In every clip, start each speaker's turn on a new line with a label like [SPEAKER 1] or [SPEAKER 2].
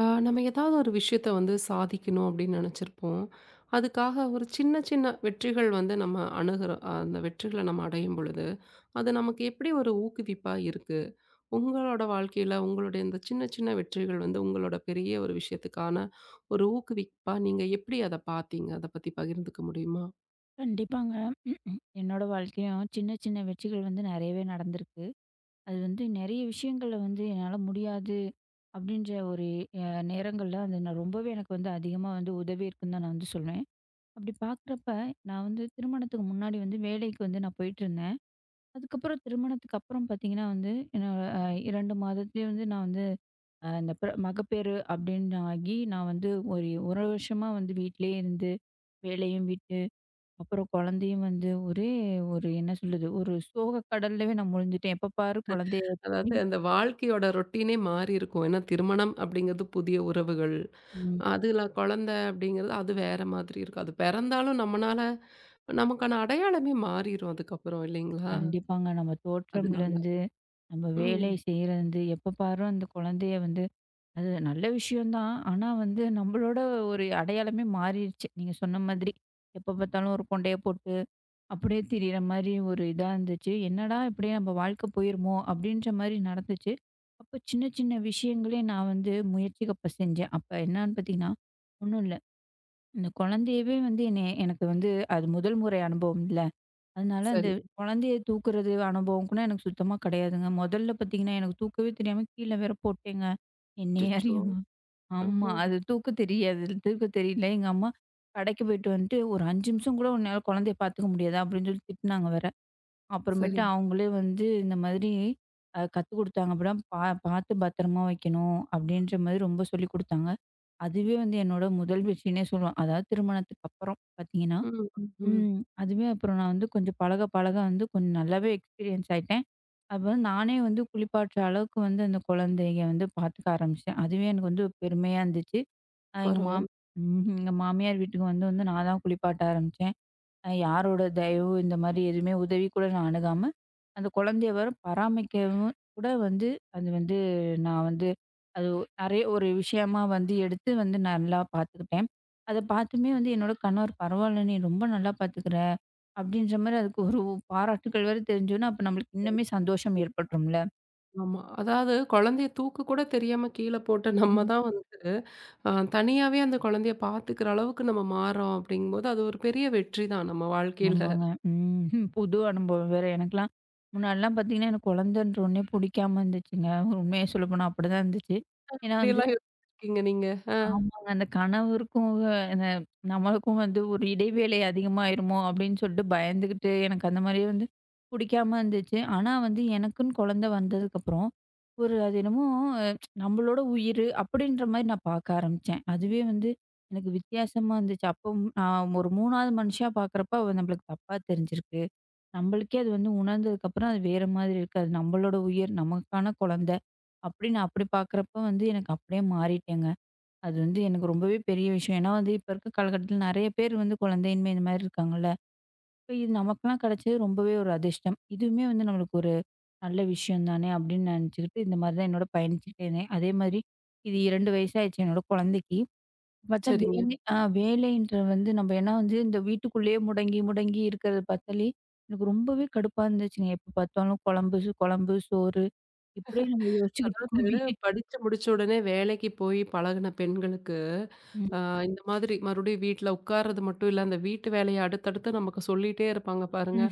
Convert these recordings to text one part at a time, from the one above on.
[SPEAKER 1] ஆ, நம்ம ஏதாவது ஒரு விஷயத்த வந்து சாதிக்கணும் அப்படின்னு நினச்சிருப்போம். அதுக்காக ஒரு சின்ன சின்ன வெற்றிகள் வந்து நம்ம அணுகிறோம். அந்த வெற்றிகளை நம்ம அடையும் பொழுது அது நமக்கு எப்படி ஒரு ஊக்குவிப்பாக இருக்குது. உங்களோட வாழ்க்கையில் உங்களுடைய இந்த சின்ன சின்ன வெற்றிகள் வந்து உங்களோட பெரிய ஒரு விஷயத்துக்கான ஒரு ஊக்குவிப்பாக நீங்கள் எப்படி அதை பார்த்தீங்க? அதை பற்றி பகிர்ந்துக்க முடியுமா?
[SPEAKER 2] கண்டிப்பாங்க. ம், ம். என்னோட வாழ்க்கையும் சின்ன சின்ன வெற்றிகள் வந்து நெறையவே நடந்திருக்கு. அது வந்து நெறைய விஷயங்கள்ல வந்து என்னால முடியாது அப்படின்ற ஒரு நேரங்கள்ல அது நான் ரொம்பவே எனக்கு வந்து அதிகமா வந்து உதவியிருக்குன்னு தான் நான் வந்து சொல்வேன். அப்படி பார்க்குறப்ப நான் வந்து திருமணத்துக்கு முன்னாடி வந்து வேலைக்கு வந்து நான் போயிட்டுருந்தேன். அதுக்கப்புறம் திருமணத்துக்கு அப்புறம் பார்த்தீங்கன்னா வந்து, என்னோட 2 மாதத்திலேயே வந்து நான் வந்து இந்த மகப்பேறு அப்படின்னு ஆகி நான் வந்து ஒரு 1 வருஷமா வந்து வீட்டிலேயே இருந்து வேலையும் விட்டு அப்புறம் குழந்தையும் வந்து ஒரே ஒரு என்ன சொல்றது, ஒரு சோக கடல்லவே நான் முழுந்துட்டேன். எப்ப பாரு குழந்தைய வச்சுட்டு
[SPEAKER 1] அதாவது அந்த வாழ்க்கையோட ரொட்டீனே மாறி இருக்கும். ஏன்னா திருமணம் அப்படிங்கிறது புதிய உறவுகள்,
[SPEAKER 2] ம்.
[SPEAKER 1] அதுல குழந்தை அப்படிங்கிறது அது வேற மாதிரி இருக்கும். அது பிறந்தாலும் நம்மனால நமக்கான அடையாளமே மாறிரும் அதுக்கப்புறம் இல்லைங்களா?
[SPEAKER 2] கண்டிப்பாங்க. நம்ம
[SPEAKER 1] அதனால.
[SPEAKER 2] தோற்றம்லேருந்து, நம்ம வேலை
[SPEAKER 1] ம்.
[SPEAKER 2] செய்றதுலேருந்து, எப்ப பாரு அந்த குழந்தைய வந்து அது நல்ல விஷயம் தான். ஆனா வந்து நம்மளோட ஒரு அடையாளமே மாறிடுச்சு. நீங்க சொன்ன மாதிரி. எப்ப பார்த்தாலும் ஒரு கொண்டைய போட்டு அப்படியே திரியிற மாரி ஒரு இதா இருந்துச்சு. என்னடா! இப்படியே நம்ம வாழ்க்கை போயிருமோ! அப்படின்ற மாரி நடந்துச்சு. அப்போ சின்ன சின்ன விஷயங்களே நான் வந்து முயற்சிக்கப்ப செஞ்சேன். அப்ப என்னான்னு பார்த்தீங்கன்னா, ஒண்ணும் இல்ல. இந்த குழந்தையவே வந்து என்னைய எனக்கு வந்து அது முதல் முறை அனுபவம் இல்ல. அதனால அந்த
[SPEAKER 1] சரி.
[SPEAKER 2] குழந்தைய தூக்குறது அனுபவம் கூட எனக்கு சுத்தமா கிடையாதுங்க. முதல்ல பார்த்தீங்கன்னா, எனக்கு தூக்கவே தெரியாம கீழ வேற போட்டேங்க. என்னைய
[SPEAKER 1] அச்சச்சோ!
[SPEAKER 2] அறியாம. ஆமா.
[SPEAKER 1] ம்ஹ்ம்.
[SPEAKER 2] அது தூக்க தெரியாது. தூக்க தெரியல. எங்க அம்மா கடைக்கு போயிட்டு வந்துட்டு, "ஒரு 5 நிமிஷம் கூட உன்னால குழந்தைய பார்த்துக்க முடியாதா?" அப்படின்னு சொல்லி திட்டுனாங்க வேற. அப்புறமேட்டு
[SPEAKER 1] சரி.
[SPEAKER 2] அவங்களே வந்து இந்த மாதிரி கத்துக் குடுத்தாங்க. "அப்படிலாம் பார்த்து பத்திரமா வைக்கணும்." அப்படின்ற மாதிரி ரொம்ப சொல்லிக் குடுத்தாங்க. அதுவே வந்து என்னோட முதல் வெற்றின்னே சொல்லலாம். அதாவது திருமணத்துக்கு அப்புறம் பார்த்தீங்கன்னா
[SPEAKER 1] ம், ம், ம்.
[SPEAKER 2] ம். அதுவே அப்புறம் நான் வந்து கொஞ்சம் பழக பழக வந்து கொஞ்சம் நல்லாவே எக்ஸ்பீரியன்ஸ் ஆயிட்டேன். அப்ப வந்து நானே வந்து குளிப்பாட்டுற அளவுக்கு வந்து அந்த குழந்தைய வந்து பார்த்துக்க ஆரம்பிச்சேன். அதுவே எனக்கு வந்து பெருமையா இருந்துச்சு. அ எங்க மாம்
[SPEAKER 1] பரவால்ல.
[SPEAKER 2] ம்ஹ்ம். எங்க மாமியார் வீட்டுக்கு வந்து வந்து நான் தான் குளிப்பாட்ட ஆரம்பிச்சேன். யாரோட தயவு இந்த மாரி எதுவுமே உதவி கூட நான் அணுகாம, அந்த குழந்தைய வேற பராமரிக்கவும் கூட வந்து அது வந்து நான் வந்து அது நெறைய ஒரு விஷயமா வந்து எடுத்து வந்து நல்லா பார்த்துக்கிட்டேன். அத பார்த்துமே வந்து என்னோட கணவர் "பரவால்ல நீ ரொம்ப நல்லா பார்த்துக்கிற" அப்படின்ற மாரி அதுக்கு ஒரு பாராட்டுக்கள் வேற தெரிஞ்சோன்னா, அப்ப நம்மளுக்கு இன்னுமே சந்தோஷம் ஏற்பட்டுரும்ல.
[SPEAKER 1] ஆமா. அதாவது குழந்தைய தூக்கு கூட தெரியாம கீழ போட்ட நம்ம
[SPEAKER 2] ம்ஹ்ம்.
[SPEAKER 1] தான் வந்து அ தனியாவே அந்த குழந்தைய பார்த்துக்கிற அளவுக்கு நம்ம மாறோம் அப்படிங்கும்போது, அது ஒரு பெரிய வெற்றி தான் நம்ம வாழ்க்கையில.
[SPEAKER 2] ஆமாங்க. ம். புது அனுபவம் வேற எனக்கெல்லாம். முன்னாடிலாம் பார்த்தீங்கன்னா, எனக்கு குழந்தன்ற ஒன்னே புடிக்காம இருந்துச்சுங்க. உண்மைய சொல்லப்போனா அப்படிதான் இருந்துச்சு. ஏன்னா வந்து
[SPEAKER 1] இப்படியெல்லாம் யோசிச்சிருக்கீங்க நீங்க. ஆ.
[SPEAKER 2] ஆமாங்க. அந்த கணவருக்கும் அந்த நம்மளுக்கும் வந்து ஒரு இடைவேளை அதிகமாயிருமோ! அப்பிடின்னு சொல்ட்டு பயந்துகிட்டு எனக்கு அந்த மாரியே வந்து பிடிக்காம இருந்துச்சு. ஆனா வந்து எனக்குன்னு குழந்தை வந்ததுக்கப்புறம், ஒரு அது என்னமோ அஹ், நம்மளோட உயிரு அப்பிடின்றமாரி நான் பார்க்க ஆரம்பிச்சேன். அதுவே வந்து எனக்கு வித்தியாசமா இருந்துச்சு. அப்போ நான் ஒரு 3வது மனுஷியா பார்க்குறப்ப அவ நம்மளுக்கு தப்பா தெரிஞ்சிருக்கு. நம்மளுக்கே அது வந்து உணர்ந்ததுக்கப்புறம் அது வேற மாதிரி இருக்கு. அது நம்மளோட உயிர், நமக்கான குழந்தை. அப்பிடின்னு அப்பிடி பார்க்குறப்ப வந்து எனக்கு அப்பிடியே மாறிட்டேங்க. அது வந்து எனக்கு ரொம்பவே பெரிய விஷயம். ஏன்னா வந்து இப்ப இருக்க காலகட்டத்துல நெறைய பேர் வந்து குழந்தையின்மை இந்த மாரி இருக்காங்கல்ல. இப்ப இது நமக்கெல்லாம் கிடைச்சது ரொம்பவே ஒரு அதிர்ஷ்டம். இதுவுமே வந்து நம்மளுக்கு ஒரு நல்ல விஷயம் தானே அப்படின்னு நினைச்சுக்கிட்டு இந்த மாரி தான் என்னோட பயணிச்சுட்டே இருந்தேன். அதே மாதிரி இது 2 வயசாயிடுச்சு என்னோட குழந்தைக்கு. பார்த்தா
[SPEAKER 1] சரிங்க.
[SPEAKER 2] வேலை வேலைன்ற வந்து நம்ம ஏன்னா வந்து இந்த வீட்டுக்குள்ளேயே முடங்கி, முடங்கி இருக்கிறத பார்த்தாலே எனக்கு ரொம்பவே கடுப்பா இருந்துச்சுங்க. எப்ப பார்த்தாலும் குழம்பு, குழம்பு, சோறு இப்படியே நம்ம யோசிச்சுக்கிட்டு
[SPEAKER 1] இது
[SPEAKER 2] இருக்கோமே.
[SPEAKER 1] படிச்சு முடிச்ச உடனே வேலைக்கு போய் பழகுன பெண்களுக்கு
[SPEAKER 2] ம்.
[SPEAKER 1] ஆ இந்த மாதிரி மறுபடியும் வீட்ல உட்கார்றது மட்டும் இல்ல, அந்த வீட்டு வேலைய அடுத்தடுத்து நமக்கு சொல்லிட்டே இருப்பாங்க பாருங்க.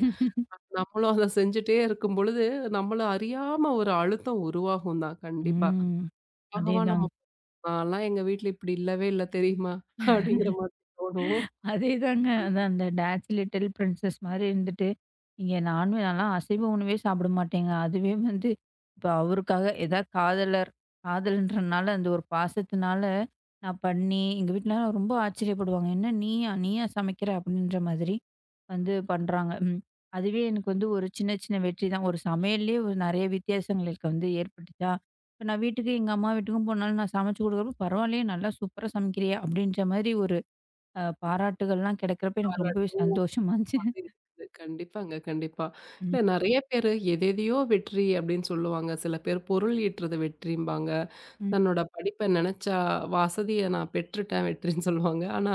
[SPEAKER 1] நம்மளும் அத செஞ்சுட்டே இருக்கும் பொழுது, நம்மள அறியாம ஒரு அழுத்தம் உருவாகும் தான் கண்டிப்பா.
[SPEAKER 2] ம்.
[SPEAKER 1] பகவான் நம்ம
[SPEAKER 2] அதேதாங்க.
[SPEAKER 1] நான்லாம் எங்க வீட்ல இப்படி இல்லவே இல்ல தெரியுமா? அப்படிங்கிற மாதிரி தோணும்.
[SPEAKER 2] அதேதாங்க. அதான் அந்த டான்ஸ் லிட்டில் பிரின்சஸ் மாரி இருந்துட்டு, இங்க நான்லாம் அசைவ உணவே சாப்பிட மாட்டேங்க. அதுவே வந்து இப்ப அவருக்காக ஏதாவது காதலர், காதலன்றனால அந்த ஒரு பாசத்தினால நான் பண்ணி, எங்க வீட்லலாம் ரொம்ப ஆச்சரியப்படுவாங்க. "என்ன நீயா? நீயா சமைக்கிற?" அப்படின்ற மாதிரி வந்து பண்றாங்க. ம். அதுவே எனக்கு வந்து ஒரு சின்ன சின்ன வெற்றி தான். ஒரு சமையல்லயே ஒரு நெறைய வித்தியாசங்கள் எனக்கு வந்து ஏற்பட்டுச்சா, இப்ப நான் வீட்டுக்கு எங்க அம்மா வீட்டுக்கும் போனாலும் நான் சமைச்சு குடுக்குறப்போ, "பரவாயில்லையே! நல்லா சூப்பரா சமைக்கிறியே!" அப்படின்ற மாரி ஒரு பாராட்டுகள்லாம் கிடைக்கிறப்ப எனக்கு ரொம்பவே சந்தோஷமா இருந்துச்சு.
[SPEAKER 1] இருக்குது. கண்டிப்பாங்க, கண்டிப்பா. இல்ல
[SPEAKER 2] ம்.
[SPEAKER 1] நெறைய பேரு எதெதையோ வெற்றி அப்டின்னு சொல்லுவாங்க. சில பேர் பொருள் ஈட்டுறது வெற்றிம்பாங்க.
[SPEAKER 2] ம்.
[SPEAKER 1] தன்னோட படிப்ப நெனச்சா வசதிய நான் பெற்றுட்டேன் வெற்றின்னு சொல்லுவாங்க. ஆனா,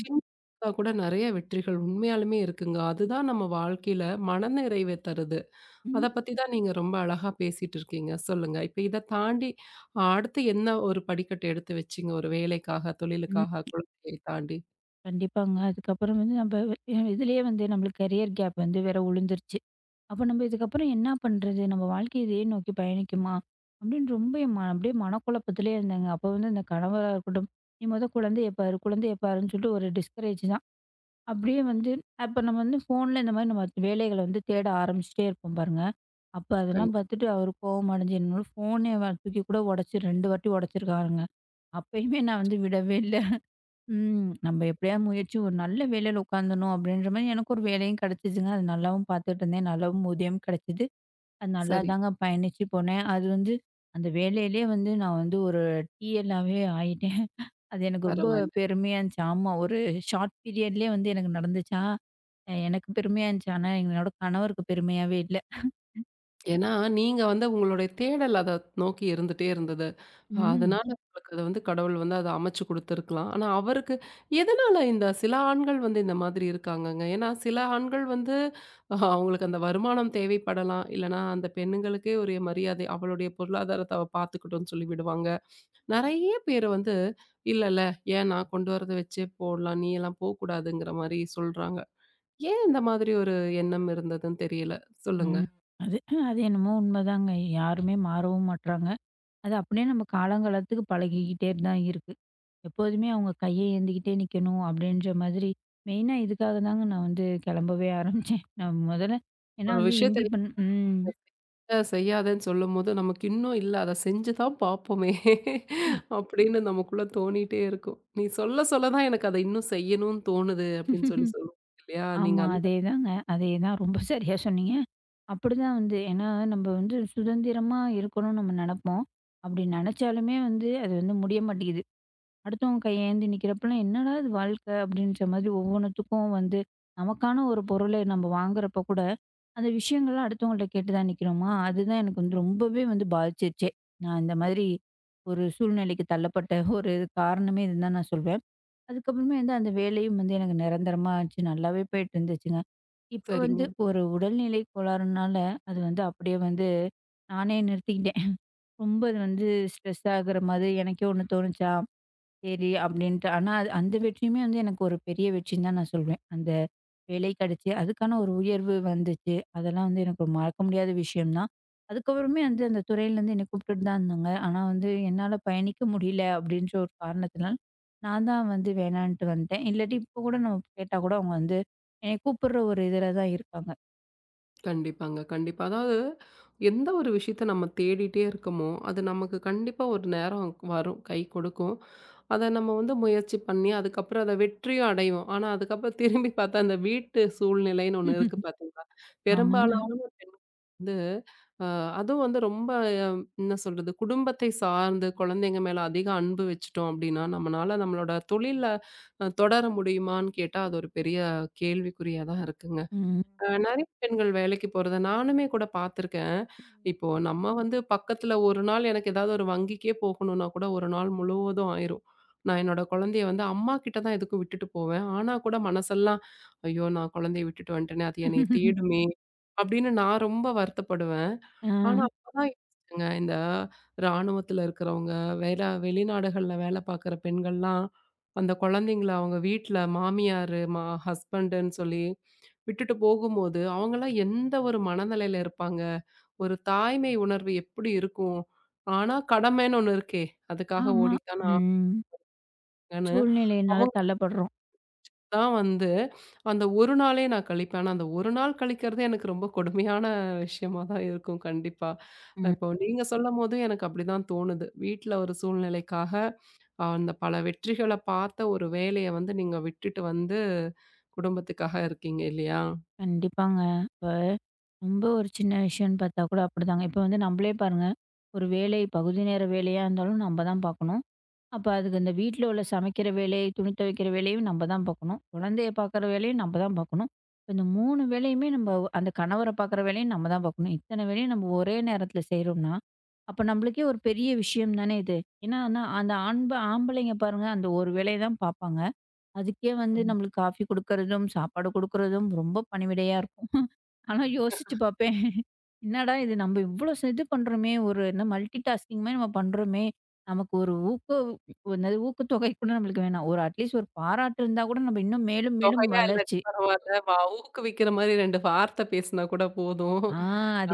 [SPEAKER 1] சின்னதா கூட நெறைய வெற்றிகள் உண்மையாலுமே இருக்குங்க. அதுதான் நம்ம வாழ்க்கையில மனநிறைவை தருது.
[SPEAKER 2] ம்.
[SPEAKER 1] அத பத்தி தான் நீங்க ரொம்ப அழகா பேசிட்டு இருக்கீங்க. சொல்லுங்க. இப்ப இத தாண்டி அடுத்து என்ன ஒரு படிக்கட்டு எடுத்து வச்சீங்க? ஒரு வேலைக்காக,
[SPEAKER 2] ம்.
[SPEAKER 1] தொழிலுக்காக, குழந்தையை தாண்டி?
[SPEAKER 2] கண்டிப்பாங்க. அதுக்கப்புறம் வந்து நம்ப இதுலயே வந்து நம்மளுக்கு கரியர் கேப் வந்து வேற விழுந்துருச்சு. அப்ப நம்ம இதுக்கப்புறம் என்ன பண்றது? நம்ம வாழ்க்கை இதையே நோக்கி பயணிக்குமா? அப்படின்னு ரொம்ப என் ம அப்படியே மனக்குழப்பத்திலேயே இருந்தேங்க. அப்ப வந்து அந்த கணவரா இருக்கட்டும், "நீ மொத குழந்தைய பாரு, குழந்தைய பாருன்னு" சொல்லிட்டு ஒரு டிஸ்கரேஜ் தான். அப்படியே வந்து அப்ப நம்ம வந்து ஃபோன்ல இந்த மாரி நம்ம வேலைகள வந்து தேட ஆரம்பிச்சுட்டே இருப்போம் பாருங்க. அப்ப அதெல்லாம்
[SPEAKER 1] கண்டிப்பா.
[SPEAKER 2] பார்த்துட்டு அவரு கோவம் அடைஞ்சு என்னோட ஃபோனே தூக்கி கூட உடைச்சு 2 வாட்டி உடைச்சிருக்காருங்க. அப்பயுமே நான் வந்து விடவே இல்ல. ம் நம்ம எப்படியாவது முயற்சி ஒரு நல்ல வேலையில உட்காந்துரணும் அப்படின்ற மாரி எனக்கு ஒரு வேலையும் கிடைச்சுதுங்க. அது நல்லாவும் பார்த்துட்டு இருந்தேன். நல்லாவும் ஊதியம் கிடைச்சது. அது நல்லா
[SPEAKER 1] சரி.
[SPEAKER 2] தாங்க பயணிச்சு போனேன். அது வந்து அந்த வேலையிலேயே வந்து நான் வந்து ஒரு டிஎல்லாவே ஆயிட்டேன். அது எனக்கு ரொம்ப
[SPEAKER 1] பரவால்ல.
[SPEAKER 2] பெருமையா இருந்துச்சு. ஆமா ஒரு ஷார்ட் பீரியட்லயே வந்து எனக்கு நடந்துச்சா! எனக்கு பெருமையா இருந்துச்சு. ஆனா, என்னோட கணவருக்கு பெருமையாவே இல்ல.
[SPEAKER 1] ஏன்னா, நீங்க வந்து உங்களுடைய தேடல் அத நோக்கி இருந்துட்டே இருந்தது.
[SPEAKER 2] ம்.
[SPEAKER 1] அதனால ம். உங்களுக்கு அது வந்து கடவுள் வந்து அத அமைச்சு குடுத்துருக்கலாம். ஆனா, அவருக்கு எதனால இந்த சில ஆண்கள் வந்து இந்த மாதிரி இருக்காங்கங்க? ஏன்னா, சில ஆண்கள் வந்து அவங்களுக்கு அந்த வருமானம் தேவைப்படலாம். இல்லன்னா, அந்த பெண்ணுங்களுக்கே ஒரு மரியாதை, அவளுடைய பொருளாதாரத்த அவ பார்த்துக்கட்டும்னு சொல்லி விடுவாங்க. நெறைய பேர் வந்து, இல்லல்ல ஏன் நான் கொண்டு வரத வச்சே போடலாம், நீ எல்லாம் போக்கூடாதுங்கிற மாரி சொல்றாங்க. ஏன் இந்த மாதிரி ஒரு எண்ணம் இருந்ததுன்னு தெரியல. சொல்லுங்க.
[SPEAKER 2] ம். அது அது என்னமோ உண்மதாங்க. யாருமே மாறவும் மாட்றாங்க. அது அப்படியே நம்ம காலங்காலத்துக்கு பழகிக்கிட்டே தான் இருக்கு. எப்போதுமே அவங்க கைய ஏந்திக்கிட்டே நிக்கணும் அப்படின்ற மாதிரி, மெயினா இதுக்காக தாங்க நான் வந்து கிளம்பவே ஆரம்பிச்சேன். நான் முதல்ல ஏன்னா
[SPEAKER 1] ஒரு
[SPEAKER 2] வந்து
[SPEAKER 1] விஷயத்த செய்யாதேன்னு சொல்லும்போது, நமக்கு இன்னும் இல்ல அத செஞ்சு தான் பார்ப்போமே! அப்படின்னு நமக்குள்ள தோணிட்டே இருக்கும். நீ சொல்ல சொல்ல தான் எனக்கு அத இன்னும் செய்யணும்னு தோணுது அப்படின்னு சொல்லி
[SPEAKER 2] ம்.
[SPEAKER 1] சொல்லுவோம் இல்லையா? நீங்க
[SPEAKER 2] ஆமா.
[SPEAKER 1] அந்த
[SPEAKER 2] அதேதாங்க. அதேதான். ரொம்ப சரியா சொன்னீங்க. அப்படிதான் வந்து ஏன்னா நம்ம வந்து சுதந்திரமா இருக்கணும்னு நம்ம நெனப்போம். அப்படி நெனச்சாலுமே வந்து அது வந்து முடிய மாட்டேங்குது. அடுத்தவங்க கை ஏந்தி நிக்கிறப்பலாம், "என்னடா இது வாழ்க்க!" அப்படின்ற மாதிரி ஒவ்வொன்னுத்துக்கும் வந்து, நமக்கான ஒரு பொருளை நம்ம வாங்குறப்ப கூட, அந்த விஷயங்கள்லாம் அடுத்தவங்கள்ட்ட கேட்டு தான் நிக்கிறோமா? அதுதான் எனக்கு வந்து ரொம்பவே வந்து பாதிச்சிருச்சே. நான் இந்த மாதிரி ஒரு சூழ்நிலைக்கு தள்ளப்பட்ட ஒரு காரணமே இதுன்னு தான் நான் சொல்வேன். அதுக்கப்புறமே வந்து அந்த வேலையும் வந்து எனக்கு நிரந்தரமா ஆச்சு. நல்லாவே போயிட்டு இருந்துச்சுங்க. இப்ப வந்து
[SPEAKER 1] சரிங்க.
[SPEAKER 2] ஒரு உடல்நிலை கோளாறுனால, அது வந்து அப்படியே வந்து நானே நிறுத்திக்கிட்டேன். ரொம்ப அது வந்து ஸ்ட்ரெஸ் ஆகுற மாதிரி எனக்கே ஒண்ணு தோணுச்சா? சரி அப்படின்ட்டு. ஆனா, அது அந்த வெற்றியுமே வந்து எனக்கு ஒரு பெரிய வெற்றின்னு தான் நான் சொல்வேன். அந்த வேலை கிடைச்சு, அதுக்கான ஒரு உயர்வு வந்துச்சு. அதெல்லாம் வந்து எனக்கு ஒரு மறக்க முடியாத விஷயம் தான். அதுக்கப்புறமே வந்து அந்த துறையிலேருந்து என்னை கூப்பிட்டுட்டு தான் இருந்தாங்க. ஆனா வந்து என்னால பயணிக்க முடியல அப்படின்ற ஒரு காரணத்தினால், நான் தான் வந்து வேணான்ட்டு வந்துட்டேன். இல்லாட்டி இப்போ கூட நம்ம கேட்டா கூட அவங்க வந்து என்னை கூப்பிடுற ஒரு இதில தான் இருக்காங்க.
[SPEAKER 1] கண்டிப்பாங்க. கண்டிப்பா. அதாவது எந்த ஒரு விஷயத்த நம்ம தேடிட்டே இருக்கமோ, அது நமக்கு கண்டிப்பா ஒரு நேரம் வரும். கை கொடுக்கும். அத நம்ம வந்து முயற்சி பண்ணி, அதுக்கப்புறம் அத வெற்றியும் அடைவோம். ஆனா, அதுக்கப்புறம் திரும்பி பார்த்தா, அந்த வீட்டு சூழ்நிலைன்னு ஒண்ணு இருக்கு பார்த்தீங்களா?
[SPEAKER 2] ஆமாங்க.
[SPEAKER 1] பெரும்பாலான வந்து அ அதுவும் வந்து ரொம்ப அஹ், என்ன சொல்றது, குடும்பத்தை சார்ந்து குழந்தைங்க மேல அதிக அன்பு வச்சுட்டோம் அப்படின்னா, நம்மனால நம்மளோட தொழில தொடர முடியுமான்னு கேட்டா, அது ஒரு பெரிய கேள்விக்குறியா தான் இருக்குங்க.
[SPEAKER 2] ம்.
[SPEAKER 1] நெறைய பெண்கள் வேலைக்கு போறத நானுமே கூட பார்த்துருக்கேன். இப்போ நம்ம வந்து பக்கத்துல ஒரு நாள் எனக்கு ஏதாவது ஒரு வங்கிக்கே போகணும்னா கூட ஒரு நாள் முழுவதும் ஆயிரும். நான் என்னோட குழந்தைய வந்து அம்மா கிட்ட தான் எதுக்கும் விட்டுட்டு போவேன். ஆனா கூட மனசெல்லாம், "ஐயோ! நான் குழந்தைய விட்டுட்டு வந்துட்டேனே! அது என்னைய தேடுமே!" அப்படின்னு நான் ரொம்ப வருத்தப்படுவேன்.
[SPEAKER 2] ஆ.
[SPEAKER 1] ஆனா அப்பதான் யோசிச்சேங்க, இந்த ராணுவத்துல இருக்கிறவங்க, வேல வெளிநாடுகள்ல வேல பார்க்குற பெண்கள்லாம், அந்த குழந்தைங்கள அவங்க வீட்ல மாமியாரு, மா ஹஸ்பண்டுன்னு சொல்லி விட்டுட்டு போகும்போது, அவங்கலாம் எந்த ஒரு மனநிலையில இருப்பாங்க? ஒரு தாய்மை உணர்வு எப்படி இருக்கும்? ஆனா, கடமைன்னு ஒண்ணு இருக்கே, அதுக்காக
[SPEAKER 2] ஆமா.
[SPEAKER 1] ஓடித்தானே
[SPEAKER 2] ம்.
[SPEAKER 1] ஆகணும்னு,
[SPEAKER 2] சூழ்நிலையினால
[SPEAKER 1] அவங்க
[SPEAKER 2] தள்ளப்படுறோம்.
[SPEAKER 1] தான் வந்து அந்த ஒரு நாளே நான் கழிப்பேன். ஆனா, அந்த ஒரு நாள் கழிக்கிறதே எனக்கு ரொம்ப கொடுமையான விஷயமா தான் இருக்கும் கண்டிப்பா. இப்போ நீங்க சொல்லும்போது எனக்கு அப்படிதான் தோணுது. வீட்ல ஒரு சூழ்நிலைக்காக, அந்த பல வெற்றிகள பார்த்த ஒரு வேலைய வந்து நீங்க விட்டுட்டு வந்து, குடும்பத்துக்காக இருக்கீங்க இல்லையா?
[SPEAKER 2] கண்டிப்பாங்க. இப்ப ரொம்ப ஒரு சின்ன விஷயம்ன்னு பார்த்தா கூட அப்படிதாங்க. இப்ப வந்து நம்மளே பாருங்க, ஒரு வேலை பகுதி நேர வேலையா இருந்தாலும் நம்ம தான் பார்க்கணும். அப்ப அதுக்கு இந்த வீட்ல உள்ள சமைக்கிற வேலை, துணி துவைக்கிற வேலையும் நம்ம தான் பார்க்கணும். குழந்தைய பார்க்குற வேலையும் நம்ம தான் பார்க்கணும். இப்போ இந்த 3 வேலையுமே நம்ம அந்த கணவர பார்க்குற வேலையும் நம்ம தான் பார்க்கணும். இத்தனை வேலையும் நம்ம ஒரே நேரத்தில செய்றோம்னா, அப்ப நம்மளுக்கே ஒரு பெரிய விஷயம் தானே இது. ஏன்னா, ஆனா, அந்த ஆம்பளைங்க பாருங்க அந்த ஒரு வேலைய தான் பார்ப்பாங்க. அதுக்கே வந்து நம்மளுக்கு காஃபி குடுக்குறதும், சாப்பாடு குடுக்குறதும் ரொம்ப பணிவிடையா இருக்கும். ஆனா யோசிச்சு பார்ப்பேன். என்னடா இது நம்ம இவ்ளோ இது பண்றோமே! ஒரு என்ன மல்டி டாஸ்கிங் மாரி நம்ம பண்றோமே! நமக்கு ஒரு என்னது ஊக்கத்தொகை கூட நம்மளுக்கு வேணாம். ஒரு அட்லீஸ்ட் ஒரு பாராட்டு இருந்தா கூட நம்ம இன்னும் மேலும் மேலும்
[SPEAKER 1] தொகையா இல்லாட்டி
[SPEAKER 2] வளர்ச்சி.
[SPEAKER 1] பரவால்ல. ஊக்குவிக்கிற மாரி 2 வார்த்தை பேசினா கூட போதும்.
[SPEAKER 2] ஆ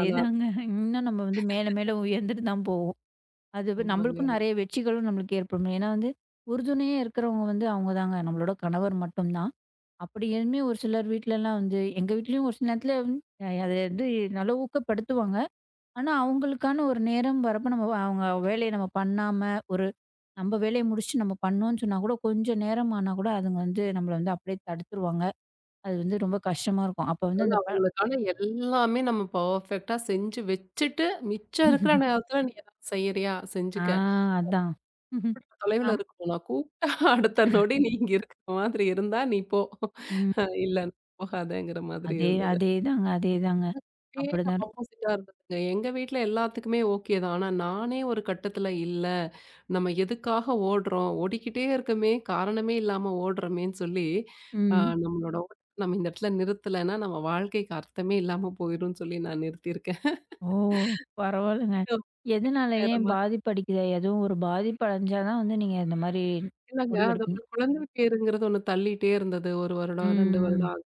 [SPEAKER 1] ஆனா
[SPEAKER 2] இன்னும் நம்ம வந்து மேல மேல உயர்ந்துட்டு தான் போவோம். அது
[SPEAKER 1] ஆமாங்க.
[SPEAKER 2] நம்மளுக்கும் நெறைய வெற்றிகளும் நம்மளுக்கு ஏற்படும். ஏன்னா வந்து, உறுதுணையா இருக்கிறவங்க வந்து அவங்க தாங்க. நம்மளோட கணவர் மட்டும் தான். அப்படியுமே ஒரு சிலர் வீட்லலாம் வந்து எங்க வீட்லயும் ஒரு சில நேரத்துல அது வந்து நல்லா ஊக்கப்படுத்துவாங்க. ஆனா அவங்களுக்கான ஒரு நேரம் வரப்ப நம்ம அவங்க வேலைய நம்ம பண்ணாம, ஒரு நம்ம வேலைய முடிச்சுட்டு நம்ம பண்ணோம்ன்னு சொன்னா கூட, கொஞ்சம் நேரம் ஆனா கூட அதுங்க வந்து நம்மள வந்து அப்படியே தடுத்துருவாங்க. அது வந்து ரொம்ப கஷ்டமா இருக்கும். அப்ப வந்து
[SPEAKER 1] அதாவது
[SPEAKER 2] அந்த
[SPEAKER 1] அவங்களுக்கான எல்லாமே நம்ம பெர்ஃபெக்ட்டா செஞ்சு வச்சுட்டு, மிச்சம் இருக்கிற நேரத்தில நீ ஏதாவது செய்யறியா?
[SPEAKER 2] ஆ
[SPEAKER 1] செஞ்சுக்க.
[SPEAKER 2] அதான்.
[SPEAKER 1] கூட்ட தொலைவில
[SPEAKER 2] ஆம்.
[SPEAKER 1] இருக்கணும். நான் கூப்பிட்டா அடுத்த நொடி நீ இங்க இருக்கிற மாதிரி இருந்தா, நீ போ.
[SPEAKER 2] ம்.
[SPEAKER 1] இல்ல போகாதேங்கிற மாதிரி
[SPEAKER 2] அதே
[SPEAKER 1] இருந்தது.
[SPEAKER 2] அதேதாங்க, அதேதாங்க.
[SPEAKER 1] அப்படியே
[SPEAKER 2] அப்படிதான் இருக்கும்.
[SPEAKER 1] ஆப்போசிட்டா இருந்ததுங்க. எங்க வீட்ல எல்லாத்துக்குமே ஓகே தான். ஆனா நானே ஒரு கட்டத்துல இல்ல, நம்ம எதுக்காக ஓடுறோம்? ஓடிக்கிட்டே இருக்கமே, காரணமே இல்லாம ஓடுறோமேன்னு சொல்லி, அ
[SPEAKER 2] ம்.
[SPEAKER 1] நம்மளோட ஓட்டத்த நம்ம இந்த இடத்துல நிறுத்தலைன்னா, நம்ம வாழ்க்கைக்கு அர்த்தமே இல்லாம போயிரும்ன்னு சொல்லி நான் நிறுத்தியிருக்கேன்.
[SPEAKER 2] ஓ! பரவால்லங்க. எதனால
[SPEAKER 1] வேற
[SPEAKER 2] ஏன்
[SPEAKER 1] மாதிரி
[SPEAKER 2] பாதிப்படைக்குதா? எதுவும் ஒரு பாதிப்பு அடைஞ்சா தான் வந்து நீங்க இந்த மாரி
[SPEAKER 1] இல்லங்க. அது ஒரு
[SPEAKER 2] முடிவெடுப்பீங்க.
[SPEAKER 1] குழந்தை பேருங்கிறது ஒண்ணு தள்ளிட்டே இருந்தது. 1 வருடம், 2
[SPEAKER 2] ம்.
[SPEAKER 1] வருடம் ஆகுது.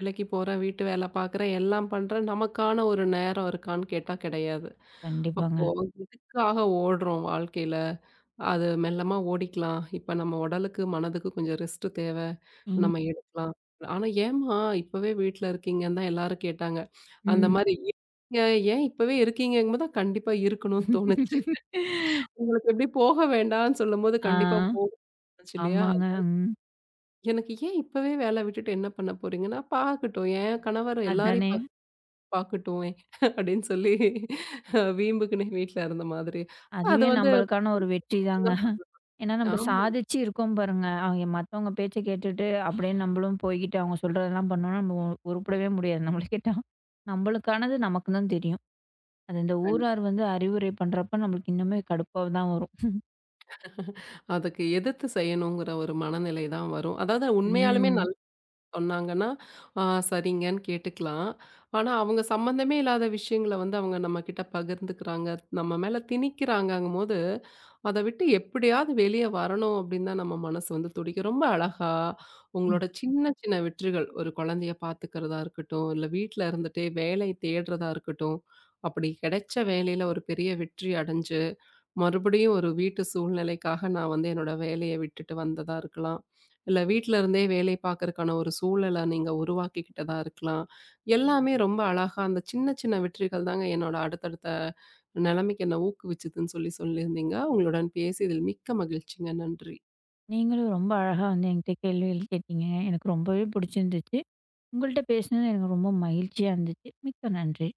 [SPEAKER 1] வேலைக்கு போறேன், வீட்டு வேலை பார்க்குறேன், எல்லாம் பண்றேன். நமக்கான ஒரு நேரம் இருக்கான்னு கேட்டா கிடையாது. அப்போ
[SPEAKER 2] கண்டிப்பாங்க.
[SPEAKER 1] எதுக்காக ஓடுறோம் வாழ்க்கையில? அது மெல்லமா ஓடிக்கலாம். இப்ப நம்ம உடலுக்கு, மனதுக்கு கொஞ்சம் ரெஸ்ட் தேவ.
[SPEAKER 2] ம்,
[SPEAKER 1] நம்ம எடுக்கலாம். ஆனா, "ஏம்மா இப்பவே வீட்ல இருக்கீங்கன்னு தான் எல்லாரும் கேட்டாங்க." அந்த
[SPEAKER 2] ம்.
[SPEAKER 1] மாரி "நீங்க ஏன் இப்பவே இருக்கீங்கங்கும்போது தான் கண்டிப்பா இருக்கணும்னு தோணுச்சு. உங்களுக்கு எப்படி போக வேண்டாம்ன்னு சொல்லும்போது
[SPEAKER 2] ஆ,
[SPEAKER 1] கண்டிப்பா போ தோணுச்சு இல்லையா?
[SPEAKER 2] ஆமாங்க.
[SPEAKER 1] அது
[SPEAKER 2] ம்.
[SPEAKER 1] எனக்கு "ஏன் இப்பவே வேல விட்டுட்டு என்ன பண்ண போறீங்கன்னா?" "பாக்கட்டும். என் கணவர் எல்லாரையும்
[SPEAKER 2] அதானே.
[SPEAKER 1] பாக்கட்டும்" அப்படின்னு சொல்லி வீம்புக்குன்னே வீட்ல இருந்த மாதிரி. அது
[SPEAKER 2] அதுவே
[SPEAKER 1] வந்து
[SPEAKER 2] நம்மளுக்கான ஒரு வெற்றி தாங்க. ஏன்னா நம்ம
[SPEAKER 1] ஆமாங்க.
[SPEAKER 2] சாதிச்சு இருக்கோம் பாருங்க. அவங்க மத்தவங்க பேச்ச கேட்டுட்டு அப்படியே நம்மளும் போய்கிட்டு அவங்க சொல்றதெல்லாம் பண்ணோம்னா நம்ம உருப்படவே முடியாது. நம்மளுக்கேட்டா நம்மளுக்கானது நமக்கு தான் தெரியும். அது இந்த
[SPEAKER 1] கண்டிப்பா.
[SPEAKER 2] ஊரார் வந்து அறிவுரை பண்றப்ப நம்மளுக்கு இன்னுமே கடுப்பா தான் வரும்.
[SPEAKER 1] அதுக்கு எதிர்த்து செய்யணுங்கிற ஒரு மனநிலை தான் வரும். அதாவது உண்மையாலுமே
[SPEAKER 2] ம்.
[SPEAKER 1] நல்லா சொன்னாங்கன்னா, ஆ சரிங்கன்னு கேட்டுக்கலாம். ஆனா, அவங்க சம்மந்தமே இல்லாத விஷயங்கள வந்து அவங்க நம்மகிட்ட பகிர்ந்துக்கிறாங்க. நம்ம மேல திணிக்கிறாங்கங்கும்போது, அத விட்டு எப்படியாவது வெளிய வரணும் அப்படின்னு தான் நம்ம மனசு வந்து துடிக்கும். ரொம்ப அழகா
[SPEAKER 2] ம்.
[SPEAKER 1] உங்களோட சின்ன சின்ன வெற்றிகள், ஒரு குழந்தைய பார்த்துக்கிறதா இருக்கட்டும், இல்ல வீட்ல இருந்துட்டே வேலை தேடுறதா இருக்கட்டும், அப்படி கிடைச்ச வேலையில ஒரு பெரிய வெற்றி அடைஞ்சு மறுபடியும் ஒரு வீட்டு சூழ்நிலைக்காக நான் வந்து என்னோட வேலைய விட்டுட்டு வந்ததா இருக்கலாம். இல்ல வீட்ல இருந்தே வேலை பார்க்கறக்கான ஒரு சூழல நீங்க உருவாக்கிக்கிட்டதா இருக்கலாம். எல்லாமே ரொம்ப அழகா அந்த சின்ன சின்ன வெற்றிகள் தாங்க என்னோட அடுத்தடுத்த நிலைமைக்கு என்ன ஊக்குவிச்சதுன்னு சொல்லி சொல்லியிருந்தீங்க. உங்களுடன் பேசியதில் மிக்க மகிழ்ச்சிங்க. நன்றி.
[SPEAKER 2] நீங்களும் ரொம்ப அழகா வந்து என்கிட்ட கேள்விகள் கேட்டீங்க. எனக்கு ரொம்பவே பிடிச்சிருந்துச்சு. உங்கள்ட்ட பேசினது எனக்கு ரொம்ப மகிழ்ச்சியா இருந்துச்சு. மிக்க நன்றி.